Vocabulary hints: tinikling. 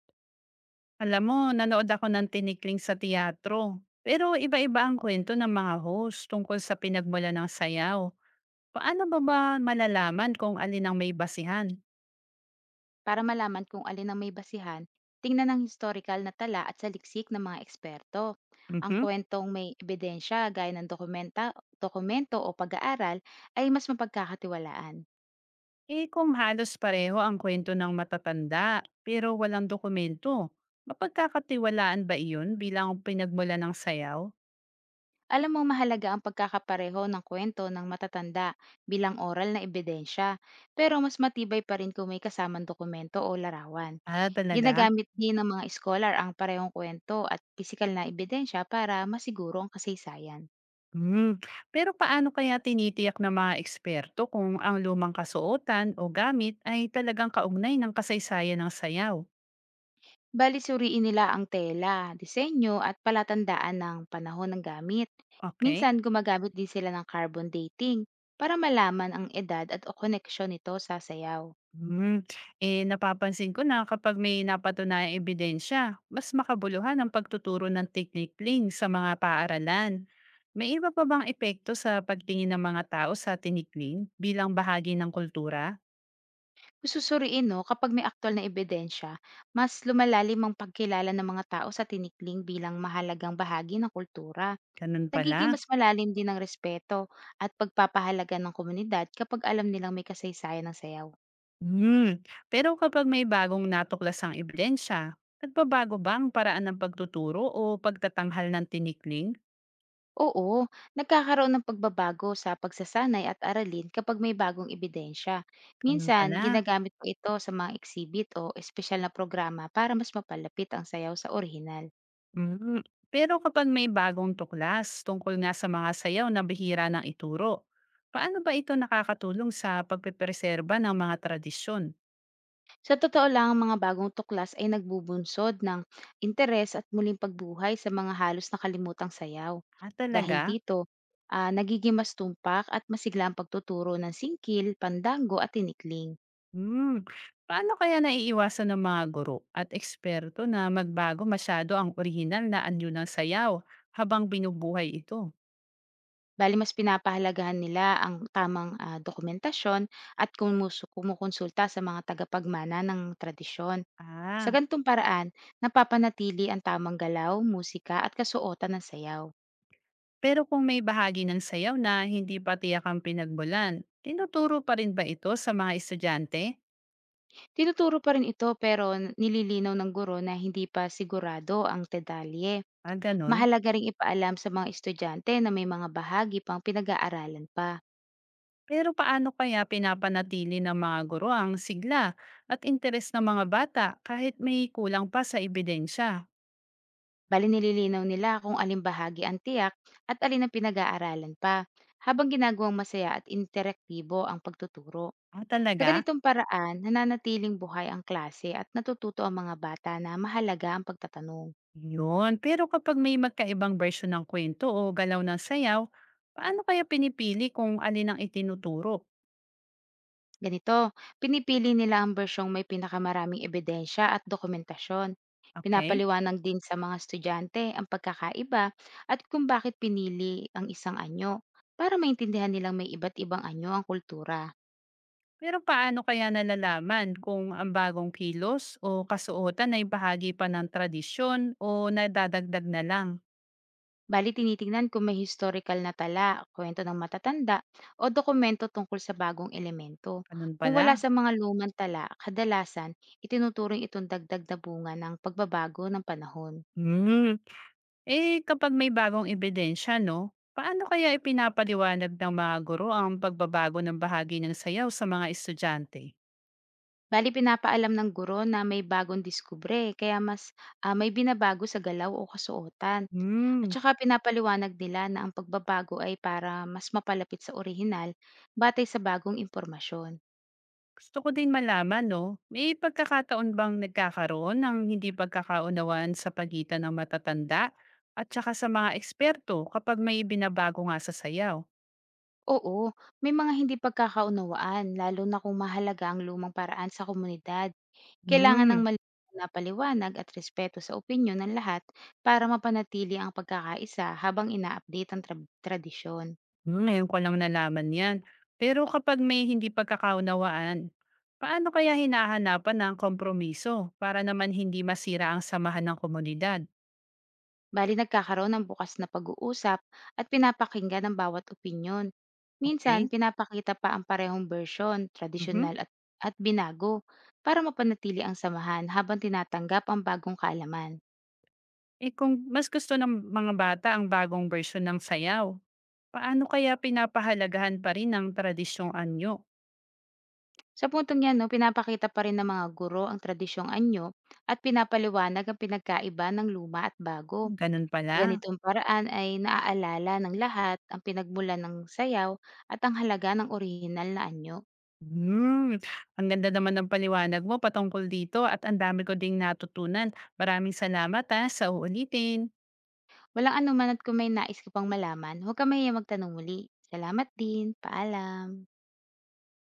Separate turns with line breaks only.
Alam mo, nanood ako ng tinikling sa teatro. Pero iba-iba ang kwento ng mga host tungkol sa pinagmula ng sayaw. Paano ba ba malalaman kung alin ang may basihan?
Para malaman kung alin ang may basihan, tingnan ang historical na tala at saliksik ng mga eksperto. Ang
Mhm.
kwentong may ebidensya gaya ng dokumento o pag-aaral ay mas mapagkakatiwalaan.
Eh kung halos pareho ang kwento ng matatanda pero walang dokumento, mapagkakatiwalaan ba iyon bilang pinagmula ng sayaw?
Alam mo, mahalaga ang pagkakapareho ng kwento ng matatanda bilang oral na ebidensya, pero mas matibay pa rin kung may kasamang dokumento o larawan.
Ah, talaga?
Ginagamit din ng mga scholar ang parehong kwento at pisikal na ebidensya para masiguro ang kasaysayan.
Hmm. Pero paano kaya tinitiyak ng mga eksperto kung ang lumang kasuotan o gamit ay talagang kaugnay ng kasaysayan ng sayaw?
Bale suriin nila ang tela, disenyo at palatandaan ng panahon ng gamit.
Okay.
Minsan gumagamit din sila ng carbon dating para malaman ang edad at o koneksyon nito sa sayaw.
Hmm, Napapansin ko na kapag may napatunayang ebidensya, mas makabuluhan ang pagtuturo ng technique sa mga paaralan. May iba pa bang epekto sa pagtingin ng mga tao sa tinikling bilang bahagi ng kultura?
Kususuriin no, kapag may aktual na ebidensya, mas lumalalim ang pagkilala ng mga tao sa tinikling bilang mahalagang bahagi ng kultura.
Ganun
Nagiging
pala.
mas malalim din ang respeto at pagpapahalaga ng komunidad kapag alam nilang may kasaysayan ng sayaw.
Hmm, Pero kapag may bagong natuklasang ebidensya, nagbabago ba ang paraan ng pagtuturo o pagtatanghal ng tinikling?
Oo, nagkakaroon ng pagbabago sa pagsasanay at aralin kapag may bagong ebidensya.
Ganun
Minsan,
pala.
ginagamit ko ito sa mga exhibit o espesyal na programa para mas mapalapit ang sayaw sa orihinal.
Hmm, Pero kapag may bagong tuklas tungkol nga sa mga sayaw na bihira ng ituro, paano ba ito nakakatulong sa pagpepreserba ng mga tradisyon?
Sa totoo lang, ang mga bagong tuklas ay nagbubunsod ng interes at muling pagbuhay sa mga halos nakalimutang sayaw.
Ah,
Dahil
talaga?
dito, nagiging mas tumpak at masigla ang pagtuturo ng singkil, pandango at tinikling.
Hmm, Paano kaya naiiwasan ng mga guro at eksperto na magbago masyado ang orihinal na anyo ng sayaw habang binubuhay ito?
Bali mas pinapahalagahan nila ang tamang dokumentasyon at kumukonsulta sa mga tagapagmana ng tradisyon. Sa
Ah,
ganitong paraan, napapanatili ang tamang galaw, musika at kasuotan ng sayaw.
pero kung may bahagi ng sayaw na hindi pa tiyak ang pinagmulan, tinuturo pa rin ba ito sa mga estudyante?
Tinuturo pa rin ito pero nililinaw ng guro na hindi pa sigurado ang detalye.
Ah, ganun?
Mahalaga ring ipaalam sa mga estudyante na may mga bahagi pang pinag-aaralan pa.
Pero paano kaya pinapanatili ng mga guro ang sigla at interes ng mga bata kahit may kulang pa sa ebidensya?
Bali nililinaw nila kung alin bahagi ang tiyak at alin ang pinag-aaralan pa, habang ginagawang masaya at interaktibo ang pagtuturo.
Ah,
Sa
talaga?
ganitong paraan, nananatiling buhay ang klase at natututo ang mga bata na mahalaga ang pagtatanong.
Yun. Pero kapag may magkaibang version ng kwento o galaw ng sayaw, paano kaya pinipili kung alin ang itinuturo?
Ganito, pinipili nila ang bersyong may pinakamaraming ebidensya at dokumentasyon.
Okay?
Pinapaliwanag din sa mga estudyante ang pagkakaiba at kung bakit pinili ang isang anyo para maintindihan nilang may iba't ibang anyo ang kultura.
Pero paano kaya nalalaman kung ang bagong kilos o kasuotan ay bahagi pa ng tradisyon o nadadagdag na lang?
Bali, tinitingnan kung may historical na tala, kwento ng matatanda, o dokumento tungkol sa bagong elemento.
Ganun
Kung wala
pala.
sa mga lumang tala, kadalasan, itinuturing itong dagdag na bunga ng pagbabago ng panahon.
Hmm. Eh, kapag may bagong ebidensya 'no, paano kaya ipinapaliwanag ng mga guro ang pagbabago ng bahagi ng sayaw sa mga estudyante?
Bali, pinapaalam ng guro na may bagong diskubre, kaya mas may binabago sa galaw o kasuotan. At
Hmm,
saka pinapaliwanag nila na ang pagbabago ay para mas mapalapit sa orihinal batay sa bagong impormasyon.
Gusto ko din malaman 'no, may pagkakataon bang nagkakaroon ng hindi pagkakaunawaan sa pagitan ng matatanda at saka sa mga eksperto kapag may binabago nga sa sayaw?
Oo, may mga hindi pagkakaunawaan, lalo na kung mahalaga ang lumang paraan sa komunidad. Kailangan ng
Hmm.
malinaw na paliwanag at respeto sa opinyon ng lahat para mapanatili ang pagkakaisa habang ina-update ang tradisyon.
Hmm, ngayon ko lang nalaman 'yan. Pero kapag may hindi pagkakaunawaan, paano kaya hinahanapan ng kompromiso para naman hindi masira ang samahan ng komunidad?
Bali nagkakaroon ng bukas na pag-uusap at pinapakinggan ang bawat opinyon. Minsan,
Okay?
pinapakita pa ang parehong version,
Mhm.
tradisyonal at binago, para mapanatili ang samahan habang tinatanggap ang bagong kaalaman.
Eh, kung mas gusto ng mga bata ang bagong version ng sayaw, paano kaya pinapahalagahan pa rin ang tradisyong anyo?
Sa puntong 'yan 'no, pinapakita pa rin ng mga guro ang tradisyong anyo at pinapaliwanag ang pinagkaiba ng luma at bago.
Gano'n
Sa
pala.
ganitong paraan ay naaalala ng lahat ang pinagmulan ng sayaw at ang halaga ng orihinal na anyo.
Hmm, ang ganda naman ng paliwanag mo patungkol dito at ang dami ko ding natutunan. Maraming salamat, sa uulitin.
Walang anuman at kung may nais ka pang malaman, huwag kang mahihiyang magtanong muli. Salamat din, paalam.